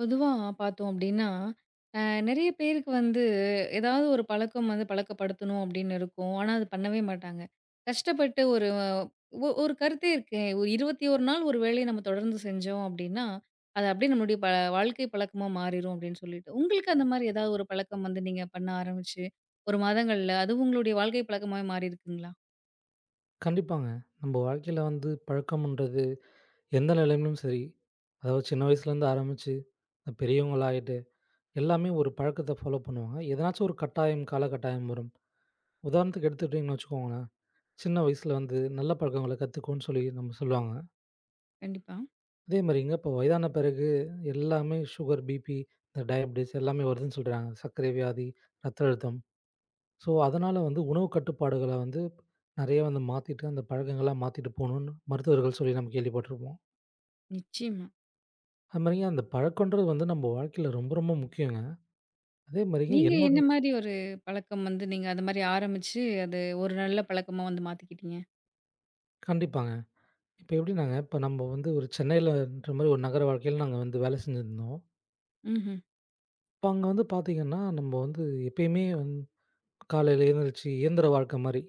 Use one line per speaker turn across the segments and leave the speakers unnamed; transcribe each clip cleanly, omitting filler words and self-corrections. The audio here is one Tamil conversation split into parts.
பொதுவா பார்த்தோம் அப்டின்னா, அ நெறைய பேருக்கு வந்து ஏதாவது ஒரு பழக்கம் வந்து பழக்கப்படுத்தணும் அப்டின்னு இருக்கும். ஆனா, அது பண்ணவே மாட்டாங்க. கஷ்டப்பட்டு ஒரு கருத்தே இருக்கே. ஒரு 21 நாள் ஒரு வேலைய நம்ம தொடர்ந்து செஞ்சோம் அப்டின்னா, அது அப்டியே நம்மளுடைய வாழ்க்கை பழக்கமா மாறிரும் அப்டின்னு சொல்லிட்டு, உங்களுக்கு அந்த மாரி ஏதாவது ஒரு பழக்கம் வந்து நீங்க பண்ண ஆரம்பிச்சு, ஒரு மாதங்கள்ல அது உங்களுடைய வாழ்க்கை பழக்கமாவே மாறியிருக்குங்களா?
கண்டிப்பாங்க. நம்ம வாழ்க்கையில வந்து பழக்கம்ன்றது எந்த நிலையிலும் சரி, அதாவது சின்ன வயசுலேருந்து ஆரம்பிச்சு பெரியவங்களாயிட்டு எல்லாமே ஒரு பழக்கத்த ஃபாலோ பண்ணுவாங்க. எதனாச்சும் ஒரு கட்டாயம், காலகட்டாயம் வரும். உதாரணத்துக்கு எடுத்துக்கிட்டிங்கன்னு வச்சுக்கோங்களேன், சின்ன வயசுல வந்து நல்ல பழக்கங்கள கத்துக்கோன்னு சொல்லி நம்ம சொல்லுவாங்க.
கண்டிப்பா.
அதே மாரிங்க இப்போ வயதான பிறகு எல்லாமே சுகர், பிபி, இந்த டயாபடிஸ் எல்லாமே வருதுன்னு சொல்றாங்க. சர்க்கரை வியாதி, ரத்த அழுத்தம். ஸோ, அதனால வந்து உணவு கட்டுப்பாடுகள வந்து நெறைய வந்து மாத்திட்டு அந்த பழக்கங்கள மாத்திட்டு போணுன்னு மருத்துவர்கள் சொல்லி நம்ம கேள்விப்பட்டுருப்போம்.
நிச்சயமா.
அது மாரிங்க அந்த பழக்கம்ன்றது வந்து நம்ம வாழ்க்கையில ரொம்ப, ரொம்ப முக்கியங்க. அதே மாரிங்க
நீங்க
என்னோட
என்ன மாரி ஒரு பழக்கம் வந்து நீங்க அது மாரி ஆரம்பிச்சு, அது ஒரு நல்ல பழக்கமா வந்து மாத்திக்கிட்டீங்க?
கண்டிப்பாங்க. இப்ப எப்படின்னாங்க, இப்ப நம்ம வந்து ஒரு சென்னையிலன்ற மாரி ஒரு நகர வாழ்க்கையில நாங்க வந்து வேலை செஞ்சிருந்தோம்.
ம்ஹ்ம்.
இப்ப அங்க வந்து பார்த்தீங்கன்னா, நம்ம வந்து எப்பயுமே வந்து காலையில எழுந்திரிச்சு இயந்திர வாழ்க்கை மாரி.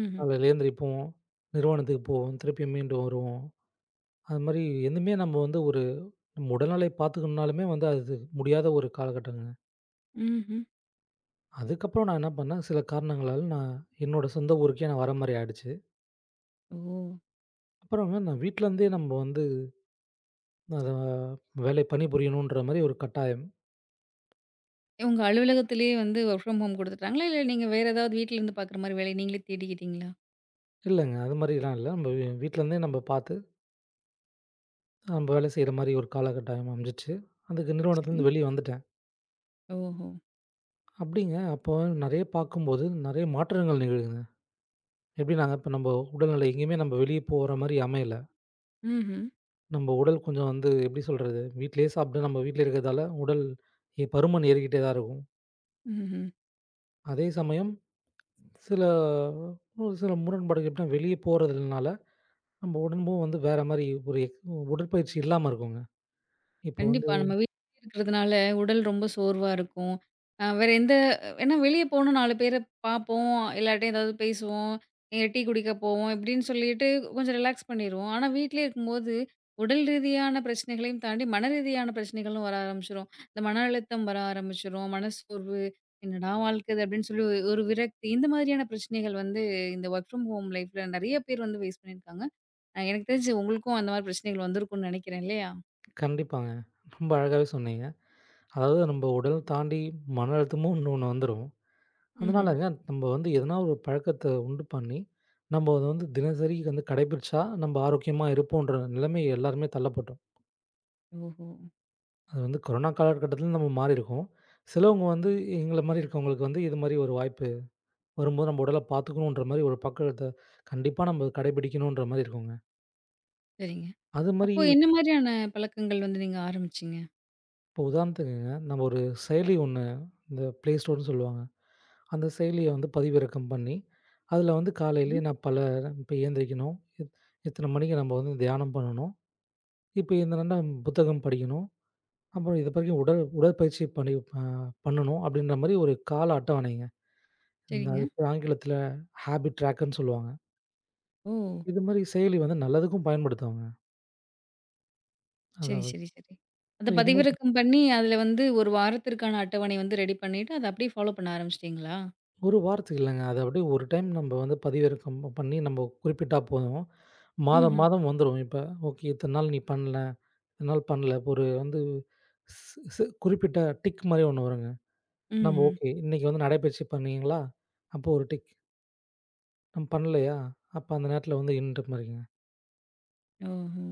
ம்ஹ்ம்.
காலையில எந்திரிப்போம், நிறுவனத்துக்கு போவோம், திருப்பி மீண்டும் வருவோம். அது மாரி எதுவுமே நம்ம வந்து ஒரு நம்ம உடல்நிலை பார்த்துக்கணும்னாலுமே வந்து அது முடியாத ஒரு காலகட்டங்க.
ம்ஹ்ம்.
அதுக்கப்புறம் நான் என்ன பண்ணேன், சில காரணங்களால நான் என்னோட சொந்த ஊருக்கே நான் வர மாரி ஆயிடுச்சு.
ஓ!
அப்புறம் நான் வீட்ல இருந்தே நம்ம வந்து அத வேலை பணிபுரியணுன்ற மாரி ஒரு கட்டாயம்.
உங்க அலுவலகத்திலேயே வந்து வொர்க் ஃப்ரம் ஹோம் குடுத்துட்டாங்களா? இல்ல நீங்க வேற ஏதாவது வீட்ல இருந்து பாக்குற மாரி வேலைய நீங்களே தேடிக்கிட்டீங்களா?
இல்லங்க. அது மாரிலாம் இல்ல. நம்ம வீட்லருந்தே நம்ம பார்த்து, நம்ம வேலை செய்ற மாரி ஒரு காலகட்டாயம் அமைஞ்சிச்சு. அதுக்கு
சரி.
நிறுவனத்துலருந்து வெளிய வந்துட்டேன்.
ஓஹோ!
அப்டிங்க அப்போ நெறைய பார்க்கும்போது, நெறைய மாற்றங்கள் நிகழுதுங்க. எப்டின்னாங்க, இப்ப நம்ம உடல்நிலை எங்கேயுமே நம்ம வெளிய போற மாரி அமையல.
ம்ஹ்ம்.
நம்ம உடல் கொஞ்சம் வந்து எப்டி சொல்றது? வீட்லயே சாப்ட்டு நம்ம வீட்ல இருக்கிறதால உடல் பருமன் ஏறிக்கிட்டே தான் இருக்கும்.
ம்ஹ்ம்.
அதே சமயம் சில ஒரு சில முரண்பாடுகள் எப்டின்னா, வெளிய போறதுனால நம்ம உடம்பும் வந்து வேற மாரி ஒரு உடற்பயிற்சி இல்லாம இருக்குங்க. இப்போ வந்து
கண்டிப்பா. நம்ம வீட்லயே இருக்கிறதுனால உடல் ரொம்ப சோர்வா இருக்கும். அ வேற எந்த ஏன்னா வெளிய போனா 4 பேர பார்ப்போம். எல்லார்ட்டயும் ஏதாவது பேசுவோம். எங்கேயா டீ குடிக்க போவோம் இப்படின்னு சொல்லிட்டு கொஞ்சம் ரிலாக்ஸ் பண்ணிருவோம். ஆனா வீட்லயே இருக்கும்போது உடல் ரீதியான பிரச்சனைகளையும் தாண்டி மன ரீதியான பிரச்சனைகளும் வர ஆரம்பிச்சுரும். இந்த மன அழுத்தம் வர ஆரம்பிச்சுரும். மனசோர்வு "என்னடா வாழ்க்கை இது" அப்படின்னு சொல்லி ஒரு ஒரு விரக்தி இந்த மாதிரியான பிரச்சனைகள் வந்து இந்த வொர்க் ஃப்ரம் ஹோம் லைஃப்ல நெறைய பேர் வந்து ஃபேஸ் பண்ணியிருக்காங்க. எனக்கு தெரிஞ்சு உங்களுக்கும் அந்த மாரி பிரச்சனைகள் வந்திருக்கும்னு நெனைக்கிறேன் இல்லையா?
கண்டிப்பாங்க. ரொம்ப அழகாவே சொன்னீங்க. அதாவது நம்ம உடல் தாண்டி மன அழுத்தமும் இன்னொன்னு வந்துரும்.
ம்ஹ்ம்.
அதனாலங்க நம்ம வந்து எதனா ஒரு பழக்கத்த உண்டு பண்ணி, நம்ம அத வந்து தினசரி வந்து கடைபிடிச்சா, நம்ம ஆரோக்கியமா இருப்போன்ற நிலைமை எல்லாருமே தள்ளப்பட்டோம்.
ஓஹோ!
அது வந்து கொரோனா காலகட்டத்தில நம்ம மாறியிருக்கோம். சிலவங்க வந்து எங்கள மாரி இருக்கவங்களுக்கு வந்து இது மாரி ஒரு வாய்ப்பு வரும்போது நம்ம உடல பார்த்துக்கணுன்ற மாரி ஒரு பக்கத்த கண்டிப்பா நம்ம கடைபிடிக்கணுன்ற மாரி இருக்குங்க.
சரிங்க.
அது மாரி
அப்போ என்ன மாரியான பழக்கங்கள் வந்து நீங்க ஆரம்பிச்சீங்க?
இப்போ உதாரணத்துக்குங்க, நம்ம ஒரு செயலி ஒண்ணு இந்த Play Storeன்னு சொல்லுவாங்க. அந்த செயலிய வந்து பதிவிறக்கம் பண்ணி, அதில வந்து
சரி.
காலையிலேயே நான் பல இப்ப எந்திரிக்கணும், இத்தன மணிக்கு நம்ம வந்து தியானம் பண்ணணும். இப்ப இந்த நம்ம புத்தகம் படிக்கணும். அப்புறம் இது வரைக்கும் உடல் உடற்பயிற்சி பண்ணி அ பண்ணணும் அப்படின்ற மாரி ஒரு கால அட்டவணைங்க. இந்த
சரிங்க.
அது இப்ப ஆங்கிலத்தில ஹாபிட் ட்ராக்கர்ன்னு சொல்லுவாங்க.
ஓ!
இது மாரி செயலி வந்து நல்லதுக்கும் பயன்படுத்துவாங்க.
சரி,
அதாவது
சரி, சரி. அத
இது மாரி
பதிவிறக்கம் பண்ணி, அதுல வந்து 1 வாரத்திற்கான அட்டவணை வந்து ரெடி பண்ணிட்டு, அத அப்படியே ஃபாலோ பண்ண ஆரம்பிச்சிட்டீங்களா?
ஒரு வாரத்துக்கு இல்லங்க. அது அப்படியே ஒரு டைம் நம்ம வந்து பதிவிறக்கம் பண்ணி நம்ம குறிப்பிட்டா போதும். மாதம்,
ம்ஹ்ம்.
மாதம் வந்துரும். இப்ப ஓகே இத்தன நாள் நீ பண்ணல, இத்தன நாள் பண்ணல. இப்ப ஒரு வந்து ஸ் ஸ் குறிப்பிட்ட டிக் மாரி ஒண்ணு வருங்க. நம்ம
ம்ஹ்ம்.
ஓகே இன்னைக்கு வந்து நடைப்பயிற்சி பண்ணீங்களா? அப்போ ஒரு டிக். நம்ம பண்ணலையா? அப்ப அந்த நேரத்துல வந்து இன்ற மாரிங்க.
ஓஹோ!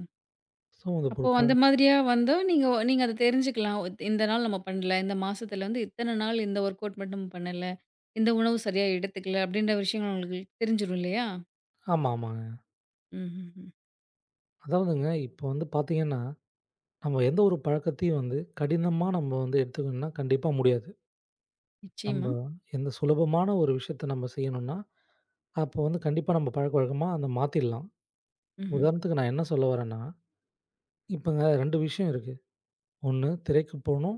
ஸோ அந்த
அப்போ
ஒரு
அந்த மாதிரியா வந்தா, நீங்க நீங்க அத தெரிஞ்சுக்கலாம். இந்த நாள் நம்ம பண்ணல. இந்த மாசத்துல வந்து இத்தன நாள் இந்த ஒர்க் அவுட் மட்டும் பண்ணல. இந்த உணவு சரியா எடுத்துக்கல. அப்படின்ற விஷயங்கள் உங்களுக்கு தெரிஞ்சிரும் இல்லையா?
ஆமா, ஆமாங்க.
ம்ஹ்ஹ்ம்.
அதாவதுங்க இப்ப வந்து பார்த்தீங்கன்னா, நம்ம எந்த ஒரு பழக்கத்தையும் வந்து கடினமா நம்ம வந்து எடுத்துக்கணும்னா கண்டிப்பா முடியாது.
நிச்சயமா.
நம்ம எந்த சுலபமான ஒரு விஷயத்த நம்ம செய்யணும்னா அப்போ வந்து கண்டிப்பா நம்ம பழக்கவழக்கமா அத மாத்திடலாம்.
ம்ஹ்ம்.
உதாரணத்துக்கு நான் என்ன சொல்ல வரேன்னா, இப்பங்க 2 விஷயம் இருக்கு. ஒண்ணு திரைக்கு போணும்,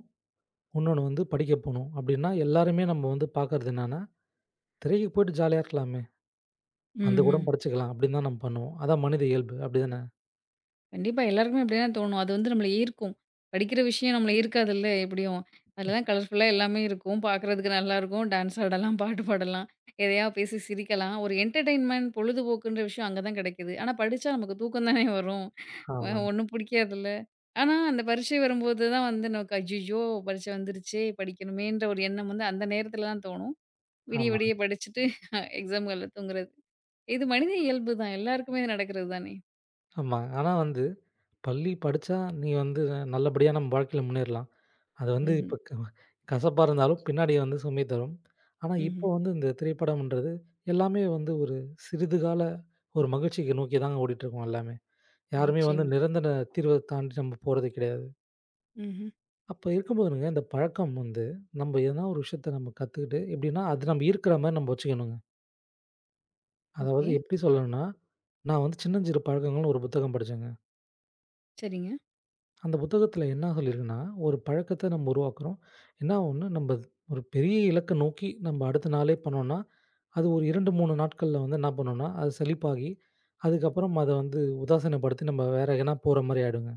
இன்னொன்னு வந்து படிக்க போணும். அப்டின்னா எல்லாருமே நம்ம வந்து பாக்குறது என்னன்னா, திரைக்கு போயிட்டு ஜாலியா இருக்கலாமே, அந்த கூட
ம்ஹ்ம்.
படிச்சுக்கலாம் அப்டின்னு தான் நம்ம பண்ணுவோம். அதான் மனித இயல்பு அப்டிதானே?
கண்டிப்பா. எல்லாருக்குமே அப்டி தான் தோணும். அது வந்து நம்மள ஈர்க்கும். படிக்கிற விஷயம் நம்மள ஈர்க்காதுல்ல எப்படியும். அதுல தான் கலர்ஃபுல்லா எல்லாமே இருக்கும். பார்க்குறதுக்கு நல்லாருக்கும். டான்ஸ் ஆடலாம், பாட்டு பாடலாம், எதையா பேசி சிரிக்கலாம். ஒரு என்டர்டெயின்மென்ட் பொழுதுபோக்குன்ற விஷயம் அங்க தான் கிடைக்குது. ஆனா படிச்சா நமக்கு தூக்கம் தானே வரும்.
ஆமாங்க,
ஒண்ணும் பிடிக்காதுல்ல. ஆனா அந்த பரீட்சை வரும்போது தான் வந்து நமக்கு "ஐய்யய்யோ! பரீட்சை வந்துருச்சே! படிக்கணுமேன்ற" ஒரு எண்ணம் வந்து அந்த நேரத்துல தான் தோணும். விடிய
ஆமாங்க,
விடிய படிச்சுட்டு எக்ஸாம் ஹால்ல தூங்குறது. இது மனித இயல்பு தான். எல்லாருக்குமே இது நடக்கிறது தானே!
ஆமாங்க. ஆனா வந்து பள்ளி படிச்சா நீ வந்து நல்லபடியா நம்ம வாழ்க்கையில முன்னேறலாம். அது வந்து
ம்ஹ்ம்.
இப்ப கசப்பா இருந்தாலும் பின்னாடி வந்து சுமை தரும். ஆனா
ம்ஹ்ம்.
இப்போ வந்து இந்த திரைப்படம்ன்றது எல்லாமே வந்து ஒரு சிறிது கால ஒரு மகிழ்ச்சிக்கு நோக்கி தாங்க ஓடிட்டுருக்கோம் எல்லாமே. யாருமே வந்து
நிச்சயமா.
நிரந்தர தீர்வ தாண்டி நம்ம போறது கிடையாது.
ம்ஹ்ம்.
அப்போ இருக்கும்போதுங்க இந்த பழக்கம் வந்து, நம்ம எதனா ஒரு விஷயத்த நம்ம கத்துக்கிட்டு எப்படின்னா, அது நம்ம ஈர்க்கிற மாரி நம்ம வச்சுக்கணுங்க. அதாவது
ஓகே.
எப்படி சொல்லணும்னா, நான் வந்து "சின்னஞ்சிறு பழக்கங்கள்னு" ஒரு புத்தகம் படிச்சேங்க.
சரிங்க.
அந்த புத்தகத்தில என்ன சொல்லியிருக்குன்னா, ஒரு பழக்கத்த நம்ம உருவாக்குறோம். என்ன ஒண்ணு நம்ம ஒரு பெரிய இலக்க நோக்கி நம்ம அடுத்த நாளே பண்ணோம்னா, அது ஒரு 2, 3 நாட்கள்ல வந்து என்ன பண்ணும்னா, அது சலிப்பாகி, அதுக்கப்புறம் அத வந்து உதாசீனப்படுத்தி நம்ம வேற எங்கனா போற மாரி ஆயிடுங்க.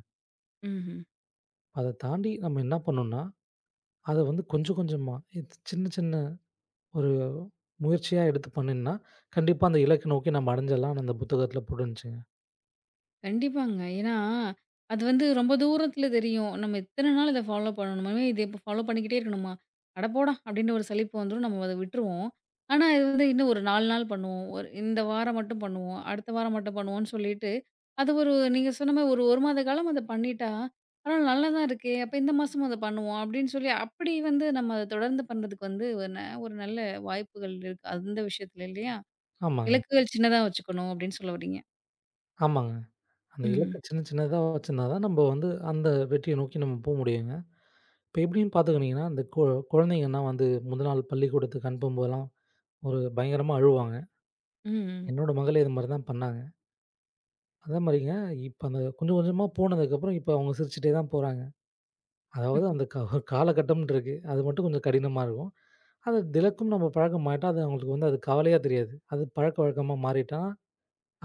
ம்ஹ்ம்.
அத தாண்டி நம்ம என்ன பண்ணணும்னா, அத வந்து கொஞ்சம் கொஞ்சமா சின்ன சின்ன ஒரு முயற்சியா எடுத்து பண்ணினோம்னா, கண்டிப்பா அந்த இலக்க நோக்கி நம்ம அடைஞ்சிடலாம்னு அந்த புத்தகத்தில போட்டுருந்துச்சுங்க.
கண்டிப்பாங்க. ஏன்னா, அது வந்து ரொம்ப தூரத்தில தெரியும். நம்ம எத்தன நாள் இத ஃபாலோ பண்ணணுமாமே, இது இப்ப ஃபாலோ பண்ணிக்கிட்டே இருக்கணுமா? அட போடா! அப்டின்ற ஒரு சலிப்பு வந்துரும். நம்ம அத விட்டுருவோம். ஆனா, இது வந்து இன்னும் ஒரு 4 நாள் பண்ணுவோம். ஒரு இந்த வாரம் மட்டும் பண்ணுவோம். அடுத்த வாரம் மட்டும் பண்ணுவோம்ன்னு சொல்லிட்டு, அது ஒரு நீங்க சொன்ன மாரி ஒரு 1 மாத காலம் அத பண்ணிட்டா, பரவால்ல நல்லா தான் இருக்கே! அப்ப இந்த மாசமும் அத பண்ணுவோம் அப்டின்னு சொல்லி, அப்படி வந்து நம்ம அத தொடர்ந்து பண்றதுக்கு வந்து ஒரு நல்ல வாய்ப்புகள் இருக்கு. அந்த விஷயத்துல இல்லையா?
ஆமாங்க,
இலக்குகள் சின்னதா வச்சுக்கணும் அப்படின்னு சொல்ல வரீங்க.
ஆமாங்க. அந்த
ம்ஹ்ம்.
இலக்க சின்ன சின்னதா வச்சிருந்தா தான் நம்ம வந்து அந்த வெற்றிய நோக்கி நம்ம போ முடியுங்க. இப்ப எப்படின்னு பார்த்துக்கிட்டிங்கன்னா, இந்த குழந்தைங்கன்னா வந்து முதல் நாள் பள்ளிக்கூடத்துக்கு அனுப்பும்போதெல்லாம் ஒரு பயங்கரமா அழுவாங்க.
ம்.
என்னோட மகளே இது மாரி தான் பண்ணாங்க. அதே மாரிங்க இப்ப அந்த கொஞ்சம் கொஞ்சமா போனதுக்கப்புறம் இப்ப அவங்க சிரிச்சுட்டே தான் போறாங்க. அதாவது
ம்ஹும்.
அந்த ஒரு காலகட்டம்ன்னு இருக்கு. அது மட்டும் கொஞ்சம் கடினமா இருக்கும். அது தினக்கும் நம்ம பழக்க மாட்டோம். அது அவங்களுக்கு வந்து அது கவலையா தெரியாது. அது பழக்கவழக்கமா மாறிட்டா,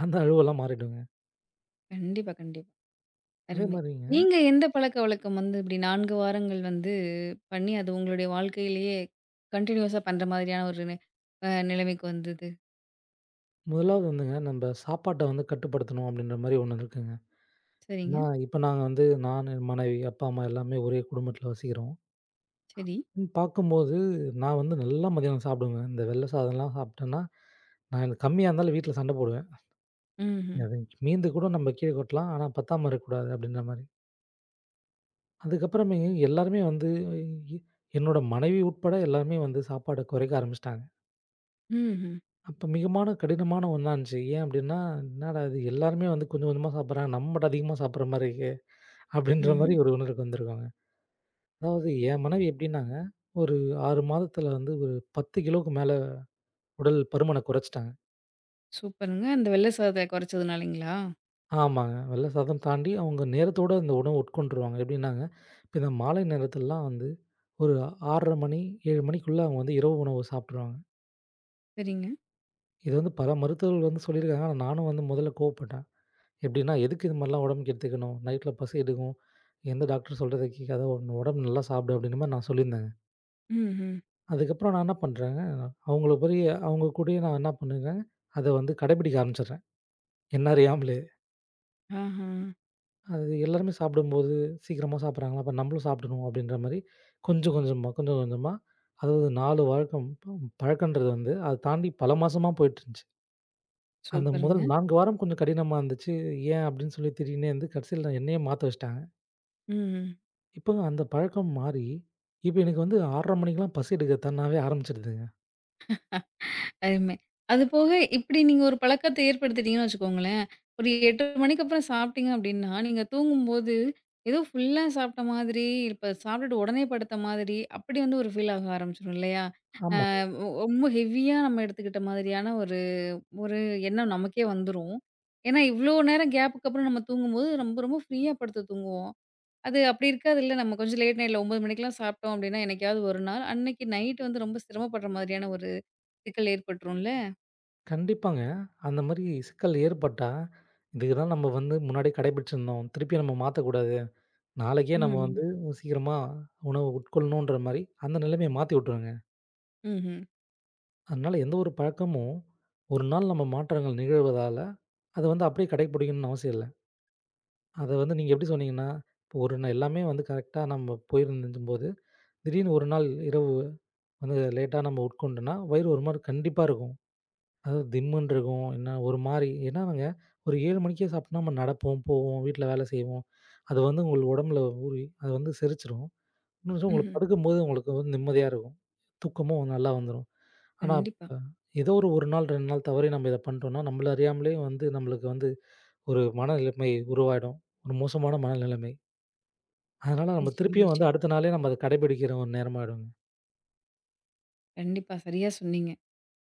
அந்த அலுவலாம் மாறிடுங்க.
கண்டிப்பா, கண்டிப்பா.
அதே
அருமை.
மாரிங்க,
நீங்க எந்த பழக்கவழக்கம் வந்து இப்படி 4 வாரங்கள் வந்து பண்ணி, அது உங்களுடைய வாழ்க்கையிலேயே கன்டினியூஸா பண்ற மாதிரியான ஒரு நி அ நிலைமைக்கு வந்தது?
முதலாவது வந்துங்க நம்ப சாப்பாட்ட வந்து கட்டுப்படுத்தணும் அப்டின்ற மாரி ஒண்ணு இருக்குங்க.
சரிங்க.
ஏன்னா, இப்ப நாங்க வந்து நான், என் மனைவி, அப்பா, அம்மா எல்லாமே ஒரே குடும்பத்தில வசிக்கிறோம்.
சரி.
ம் பார்க்கும்போது நான் வந்து நல்லா மதியானம் சாப்பிடுவேங்க. இந்த வெள்ள சாதம்லாம் சாப்பிட்டேன்னா, நான் எனக்கு கம்மியா இருந்தாலும் வீட்ல சண்ட போடுவேன்.
ம்ஹ்ம்.
அது மீந்து கூட நம்ம கீழ கொட்டலாம். ஆனா பத்தாம இருக்கக்கூடாது அப்டின்ற மாரி. அதுக்கப்புறமே எல்லாருமே வந்து, எ என்னோட மனைவி உட்பட எல்லாருமே வந்து சாப்பாட குறைக்க ஆரம்பிச்சுட்டாங்க.
ம்ஹ்ம்.
அப்ப மிகமான கடினமான ஒண்ணா இருந்துச்சு. ஏன் அப்டின்னா, "என்னடா இது எல்லாருமே வந்து கொஞ்சம் கொஞ்சமா சாப்பிடுறாங்க. நம்ம மட்டும் அதிகமா சாப்பிடுற மாரி இருக்கே!" அப்டின்ற மாரி
ம்ஹ்ம்.
ஒரு உணர்வுக்கு வந்திருக்காங்க. அதாவது என் மனைவி எப்டின்னாங்க, ஒரு 6 மாதத்துல வந்து ஒரு 10 கிலோவுக்கு மேல உடல் பருமன குறைச்சுட்டாங்க.
சூப்பருங்க. அந்த வெள்ள சாதத்த குறைச்சதுனாலைங்களா?
ஆமாங்க. வெள்ள சாதம் தாண்டி அவங்க நேரத்தோட அந்த உணவு உட்கொண்டுருவாங்க. எப்டின்னாங்க, இப்ப இந்த மாலை நேரத்துலலாம் வந்து ஒரு 6:30 மணி, 7 மணிக்குள்ள அவங்க வந்து இரவு உணவு சாப்ட்டுருவாங்க.
சரிங்க.
இது வந்து பல மருத்துவர்கள் வந்து சொல்லியிருக்காங்க. ஆனா நானும் வந்து முதல்ல கோவப்பட்டேன். எப்டின்னா, எதுக்கு இது மாரிலாம் உடம்புக்கு எடுத்துக்கணும்? நைட்ல பசி எடுக்கும். எந்த டாக்டர் சொல்றத கேட்காத உன் உடம்பு நல்லா சாப்பிடு அப்டின்ற மாரி நான் சொல்லியிருந்தேங்க.
ம்ஹ்ம்.
அதுக்கப்புறம் நான் என்ன பண்றேங்க, அவங்கள போய் அவங்க கூடயே நான் என்ன பண்ணுறேன், அத வந்து கடைபிடிக்க ஆரம்பிச்சுடுறேன். என்ன அறியாமலே.
ஆஹா.
அது எல்லாருமே சாப்பிடும்போது சீக்கிரமா சாப்பிடுறாங்களா, அப்ப நம்மளும் சாப்பிடணும் அப்டின்ற மாரி கொஞ்சம் கொஞ்சமா, கொஞ்சம் கொஞ்சமா அதாவது 4 வழக்கம் பழக்கன்றது வந்து அத தாண்டி பல மாசமா போயிட்டுருந்துச்சு. அந்த முதல்
சூப்பருங்க.
4 வாரம் கொஞ்சம் கடினமா இருந்துச்சு. ஏன் அப்டின்னு சொல்லி திடீர்னே வந்து கடைசில என்னையே மாத்த வச்சுட்டாங்க.
ம்.
இப்போங்க அந்த பழக்கம் மாறி, இப்ப எனக்கு வந்து 6:30 மணிக்கெல்லாம் பசி எடுக்க தன்னாவே ஆரம்பிச்சுடுதுங்க.
அருமை. அதுபோக இப்டி நீங்க ஒரு பழக்கத்த ஏற்படுத்திட்டீங்கன்னு வச்சுக்கோங்களேன். ஒரு 8 மணிக்கு அப்புறம் சாப்பிட்டீங்க அப்டின்னா, நீங்க தூங்கும்போது ஏதோ ஃபுல்லா சாப்ட்ட மாதிரி, இப்ப சாப்பிட்டுட்டு உடனே படுத்த மாதிரி, அப்டி வந்து ஒரு ஃபீல் ஆக ஆரம்பிச்சுரும் இல்லையா?
ஆமா.
ரொம்ப ஹெவியா நம்ம எடுத்துக்கிட்ட மாதிரியான ஒரு ஒரு எண்ணம் நமக்கே வந்துரும். ஏன்னா, இவ்ளோ நேரம் கேப்புக்கு அப்புறம் நம்ம தூங்கும்போது ரொம்ப ரொம்ப ஃப்ரீயா படுத்து தூங்குவோம். அது அப்டி இருக்காதுல்ல. நம்ம கொஞ்சம் லேட் நைட்ல 9 மணிக்கெல்லாம் சாப்ட்டோம் அப்டின்னா, என்னைக்காவது ஒரு நாள், அன்னைக்கு நைட் வந்து ரொம்ப சிரமப்படுற மாதிரியான ஒரு சிக்கல் ஏற்பட்டுரும்ல.
கண்டிப்பாங்க. அந்த மாரி சிக்கல் ஏற்பட்டா, இதுக்கு தான் நம்ம வந்து முன்னாடியே கடைபிடிச்சிருந்தோம். திருப்பி நம்ம மாத்தக்கூடாது. நாளைக்கே நம்ம
ம்.
வந்து சீக்கிரமா உணவு உட்கொள்ளணுன்ற மாரி அந்த நிலைமைய மாத்தி விட்டுருங்க.
ம்ஹ்ம்.
அதனால எந்த ஒரு பழக்கமும், ஒரு நாள் நம்ம மாற்றங்கள் நிகழ்வதால, அத வந்து அப்படியே கடைபிடிக்கணும்னு அவசியம் இல்ல. அத வந்து நீங்க எப்படி சொன்னீங்கன்னா, இப்போ ஒரு எல்லாமே வந்து கரெக்ட்டா நம்ம போயிருந்தும்போது, திடீர்னு ஒரு நாள் இரவு வந்து லேட்டா நம்ம உட்கொண்டோம்னா, வயிறு ஒரு மாரி கண்டிப்பா இருக்கும். அதாவது திம்முன்னு இருக்கும். என்ன ஒரு மாரி ஏன்னா நாங்க ஒரு 7 மணிக்கே சாப்பிட்டோம்னா நம்ம நடப்போம், போவோம், வீட்ல வேலை செய்வோம். அது வந்து உங்களுக்கு உடம்புல ஊறி, அது வந்து செரிச்சிரும். இன்னொரு விஷயம் உங்களுக்கு
ம்ஹ்ம்.
படுக்கும்போது உங்களுக்கு வந்து நிம்மதியா இருக்கும். தூக்கமும் நல்லா வந்துரும். ஆனா,
கண்டிப்பா.
அ ஏதோ ஒரு 1 நாள், 2 நாள் தவறி நம்ம இத பண்ணிட்டோம்னா, நம்மள அறியாமலே வந்து நம்மளுக்கு வந்து ஒரு மனநிலைமை உருவாயிடும். ஒரு மோசமான மனநிலைமை. அதனால நம்ம
நிச்சயமா,
திருப்பியும் வந்து
நிச்சயமா.
அடுத்த நாளே நம்ம அத கடைபிடிக்கிற ஒரு நேரமாயிடுங்க.
கண்டிப்பா. சரியா சொன்னீங்க.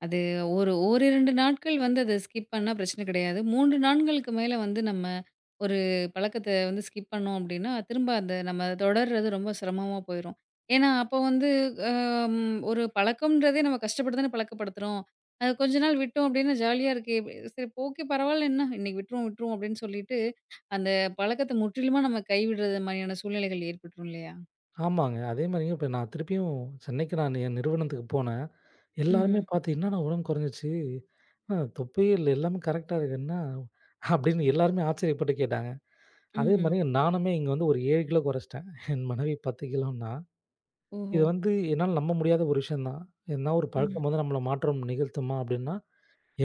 அது ஒரு ஓரிரண்டு நாட்கள் வந்து அத ஸ்கிப் பண்ணா பிரச்சனை கிடையாது. 3 நாட்களுக்கு மேல வந்து நம்ம ஒரு பழக்கத்த வந்து ஸ்கிப் பண்ணோம் அப்டின்னா, திரும்ப அந்த நம்ம தொடர்றது ரொம்ப சிரமமா போயிரும். ஏன்னா, அப்போ வந்து ஒரு பழக்கம்ன்றதே நம்ம கஷ்டப்பட்டு தானே பழக்கப்படுத்துறோம். அது கொஞ்ச நாள் விட்டோம் அப்டின்னா ஜாலியா இருக்கே! சரி ஓகே பரவால்ல என்ன இன்னைக்கு விட்டுருவோம் அப்டின்னு சொல்லிட்டு, அந்த பழக்கத்த முற்றிலுமா நம்ம கைவிடுறது மாரியான சூழ்நிலைகள் ஏற்பட்டுரும் இல்லையா?
ஆமாங்க. அதேமாரிங்க இப்ப நான் திருப்பியும் சென்னைக்கு நான் என் நிறுவனத்துக்கு போனேன்.
ம்ஹ்ம்.
எல்லாருமே பார்த்து, "என்னண்ணா உடம்பு குறைஞ்சிருச்சு? தொப்பையே இல்ல. எல்லாமே கரெக்ட்டா இருக்கு. என்ன?" அப்படின்னு எல்லாருமே ஆச்சரியப்பட்டு கேட்டாங்க.
ம்ஹ்ம்.
அதேமாரி நானுமே இங்க வந்து ஒரு 7 கிலோ குறைச்சிட்டேன். என் மனைவி 10 கிலோன்னா,
ஓஹோ!
இது வந்து என்னால நம்ப முடியாத ஒரு விஷயம் தான். ஏன்னா ஒரு
ம்.
பழக்கம் வந்து நம்மள மாற்றம் நிகழ்த்துமா? அப்படின்னா,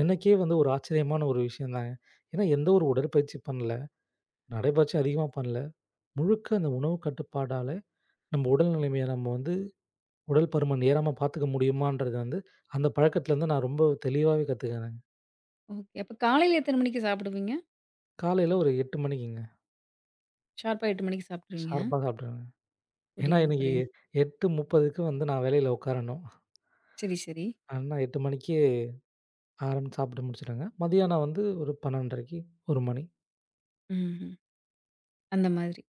எனக்கே வந்து ஒரு ஆச்சரியமான ஒரு விஷயம் தாங்க. ஏன்னா எந்த ஒரு உடற்பயிற்சி பண்ணல. நடைப்பயிற்சி அதிகமா பண்ணல. முழுக்க அந்த உணவு கட்டுப்பாடால நம்ம உடல் நிலைமைய நம்ம வந்து உடல் பருமன் ஏறாம பார்த்துக்க முடியுமான்றது வந்து, அந்த பழக்கத்துலருந்து நான் ரொம்ப தெளிவாவே கத்துக்கினேங்க.
ஓகே. அப்ப காலையில எத்தன மணிக்கு சாப்பிடுவீங்க?
காலையில ஒரு 8 மணிக்குங்க.
ஷார்ப்பா 8 மணிக்கு சாப்பிட்டுருவீங்க.
ஷார்ப்பா சாப்பிட்டுருவேங்க. ஏன்னா
புரியுதுங்க,
எனக்கு
புரியுதுங்க.
8:30க்கு வந்து நான் வேலையில உட்காரணும்.
சரி, சரி.
ஆனா 8 மணிக்கு ஆரம்பிச்சு சாப்பிட்டு முடிச்சுட்டேங்க. மதியானம் வந்து ஒரு 12:30க்கு 1 மணி.
ம். அந்த மாதிரி.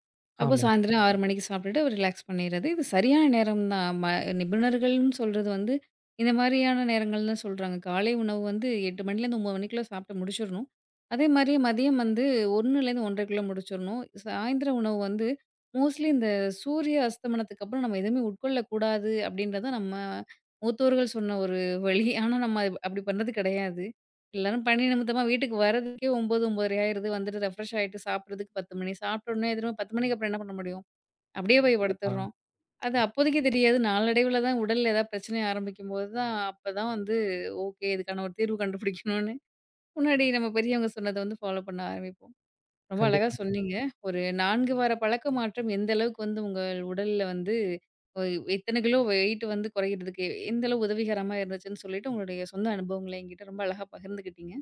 அப்போ
ஆமா.
சாயந்திரம் 6 மணிக்கு சாப்பிட்டுட்டு ரிலாக்ஸ் பண்ணிறது. இது சரியான நேரம் தான். நிபுணர்கள்ன்னு சொல்றது வந்து, இந்த மாதிரியான நேரங்கள் தான் சொல்றாங்க. காலை உணவு வந்து 8 மணிலேருந்து 9 மணிக்குள்ள சாப்பிட்டு முடிச்சிடணும். அதே மாரி மதியம் வந்து 1லேருந்து 1:30க்குள்ள முடிச்சிடணும். சாயந்திர உணவு வந்து மோஸ்ட்லி இந்த சூரிய அஸ்தமனத்துக்கு அப்புறம் நம்ம எதுவுமே உட்கொள்ளக்கூடாது அப்படின்றத நம்ம மூத்தோர்கள் சொன்ன ஒரு வழி. ஆனா நம்ம அது அப்படி பண்றது கிடையாது. எல்லாரும் பணி நிமித்தமா வீட்டுக்கு வர்றதுக்கே 9, 9:30 ஆயிருது. வந்துட்டு ரெஃப்ரெஷ் ஆயிட்டு சாப்பிடுறதுக்கு 10 மணி. சாப்பிட்ட உடனே திரும்ப 10 மணிக்கு அப்புறம் என்ன பண்ண முடியும்? அப்படியே போய்
ஆ
படுத்துடுறோம். அது அப்போதைக்கு தெரியாது. நாளடைவுல தான் உடல்ல ஏதாவது பிரச்சனை ஆரம்பிக்கும்போது தான் அப்பதான் வந்து ஓகே இதுக்கான ஒரு தீர்வு கண்டுபிடிக்கணும்னு முன்னாடி நம்ம பெரியவங்க சொன்னத வந்து ஃபாலோ பண்ண ஆரம்பிப்போம். ரொம்ப அழகா
கண்டிப்பா.
சொன்னீங்க. ஒரு 4 வார பழக்க மாற்றம் எந்த அளவுக்கு வந்து உங்கள் உடல்ல வந்து ஒ எத்தன கிலோ வெயிட் வந்து குறையிறதுக்கு எந்த அளவு உதவிகரமா இருந்துச்சுன்னு சொல்லிட்டு உங்களுடைய சொந்த அனுபவங்கள என்கிட்ட ரொம்ப அழகா பகிர்ந்துக்கிட்டீங்க.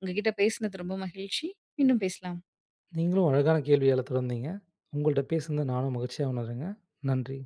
உங்ககிட்ட பேசினது ரொம்ப மகிழ்ச்சி. மீண்டும் பேசலாம்.
நீங்களும் அழகான கேள்வியால தொடர்ந்தீங்க. உங்கள்ட்ட பேசுனது நானும் மகிழ்ச்சியா உணர்றேங்க. நன்றி.